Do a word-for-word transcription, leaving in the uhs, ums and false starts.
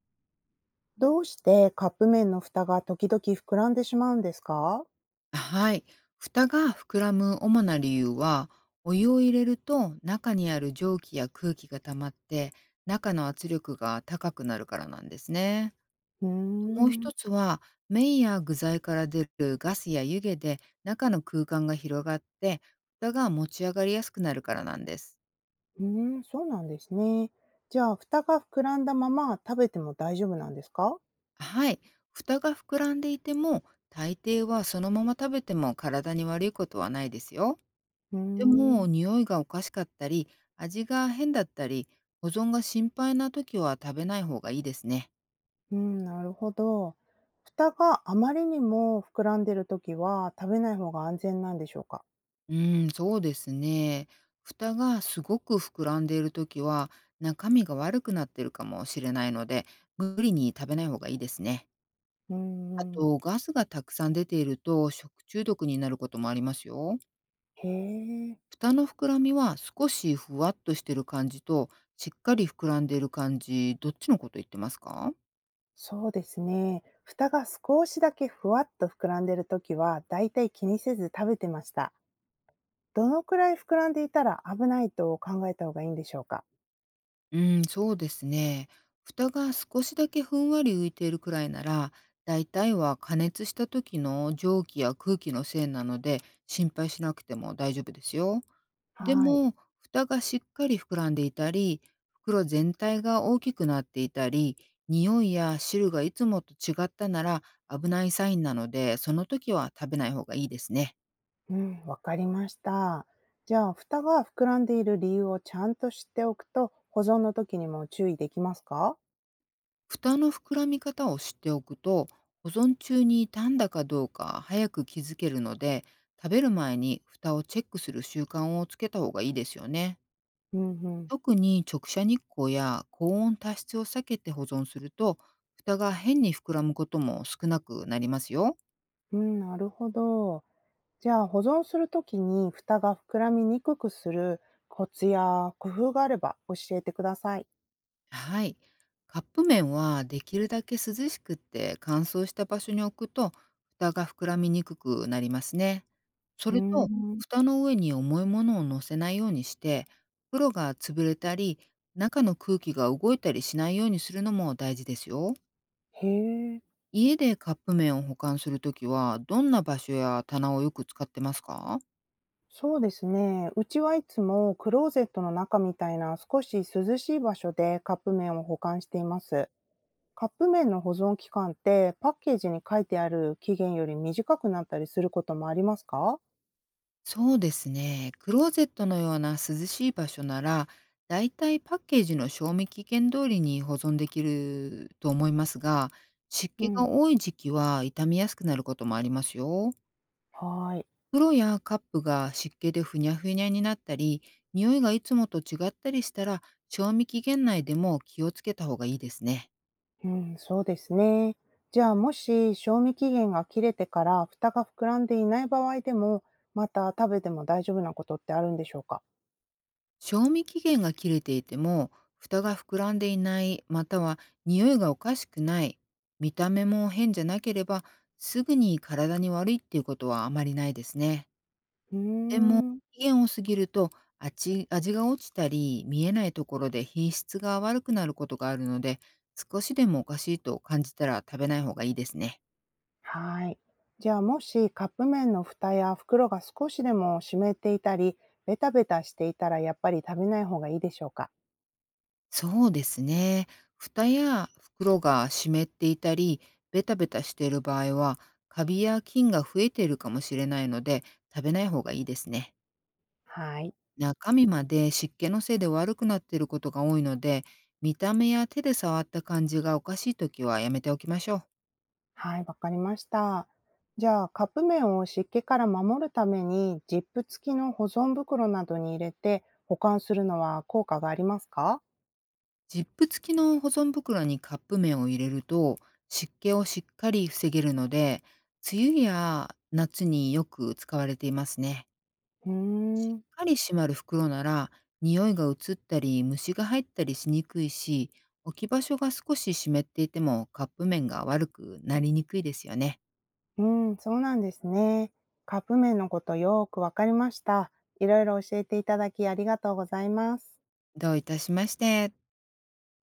どうしてカップ麺の蓋が時々膨らんでしまうんですか？はい。蓋が膨らむ主な理由は、お湯を入れると中にある蒸気や空気が溜まって、中の圧力が高くなるからなんですね。うーもうん。一つは、麺や具材から出るガスや湯気で中の空間が広がって、蓋が持ち上がりやすくなるからなんです。うーん、そうなんですね。じゃあ、蓋が膨らんだまま食べても大丈夫なんですか？はい。蓋が膨らんでいても、大抵はそのまま食べても体に悪いことはないですよ。うーでん。も、匂いがおかしかったり、味が変だったり、保存が心配な時は食べない方がいいですね。うん、なるほど。蓋があまりにも膨らんでるときは食べない方が安全なんでしょうか？うーん、そうですね。蓋がすごく膨らんでいる時は、中身が悪くなってるかもしれないので、無理に食べない方がいいですね。うーあん。と、ガスがたくさん出ていると食中毒になることもありますよ。へえ、蓋の膨らみは少しふわっとしてる感じと、しっかり膨らんでいる感じ、どっちのこと言ってますか？そうですね。蓋が少しだけふわっと膨らんでるときは、だいたい気にせず食べてました。どのくらい膨らんでいたら危ないと考えた方がいいんでしょうか？うん、そうですね。蓋が少しだけふんわり浮いているくらいなら、大体は加熱した時の蒸気や空気のせいなので、心配しなくても大丈夫ですよ。ではい。も、蓋がしっかり膨らんでいたり、袋全体が大きくなっていたり、匂いや汁がいつもと違ったなら、危ないサインなので、その時は食べない方がいいですね。うん、わかりました。じゃあ、蓋が膨らんでいる理由をちゃんと知っておくと、保存の時にも注意できますか？蓋の膨らみ方を知っておくと、保存中に傷んだかどうか早く気づけるので、食べる前に蓋をチェックする習慣をつけた方がいいですよね。うんうん。特に直射日光や高温多湿を避けて保存すると、蓋が変に膨らむことも少なくなりますよ。うん、なるほど。じゃあ、保存する時に蓋が膨らみにくくするコツや工夫があれば教えてください。はい。カップ麺はできるだけ涼しくて乾燥した場所に置くと、蓋が膨らみにくくなりますね。そうれーと、ん。蓋の上に重いものを乗せないようにして、袋が潰れたり中の空気が動いたりしないようにするのも大事ですよ。へえ。家でカップ麺を保管するときはどんな場所や棚をよく使ってますか？そうですね。うちはいつもクローゼットの中みたいな少し涼しい場所でカップ麺を保管しています。カップ麺の保存期間ってパッケージに書いてある期限より短くなったりすることもありますか？そうですね。クローゼットのような涼しい場所なら、だいたいパッケージの賞味期限通りに保存できると思いますが、湿う気ん。が多い時期は傷みやすくなることもありますよ。はーい。袋やカップが湿気でふにゃふにゃになったり、匂いがいつもと違ったりしたら、賞味期限内でも気をつけた方がいいですね。うん、そうですね。じゃあ、もし賞味期限が切れてから蓋が膨らんでいない場合でも、また食べても大丈夫なことってあるんでしょうか？賞味期限が切れていても、蓋が膨らんでいない、または匂いがおかしくない、見た目も変じゃなければ、すぐに体に悪いっていうことはあまりないですね。うーでも、ん。期限を過ぎると、あち味が落ちたり、見えないところで品質が悪くなることがあるので、少しでもおかしいと感じたら食べない方がいいですね。はい。じゃあ、もしカップ麺の蓋や袋が少しでも湿っていたり、ベタベタしていたらやっぱり食べない方がいいでしょうか？そうですね。蓋や袋が湿っていたり、ベタベタしている場合は、カビや菌が増えているかもしれないので、食べない方がいいですね。はい。中身まで湿気のせいで悪くなっていることが多いので、見た目や手で触った感じがおかしいときはやめておきましょう。はい、わかりました。じゃあ、カップ麺を湿気から守るためにジップ付きの保存袋などに入れて保管するのは効果がありますか？ジップ付きの保存袋にカップ麺を入れると、湿気をしっかり防げるので、梅雨や夏によく使われていますね。うーしっん、かり閉まる袋なら、匂いが移ったり虫が入ったりしにくいし、置き場所が少し湿っていてもカップ麺が悪くなりにくいですよね。うん、そうなんですね。カップ麺のことよーくわかりました。いろいろ教えていただきありがとうございます。どういたしまして。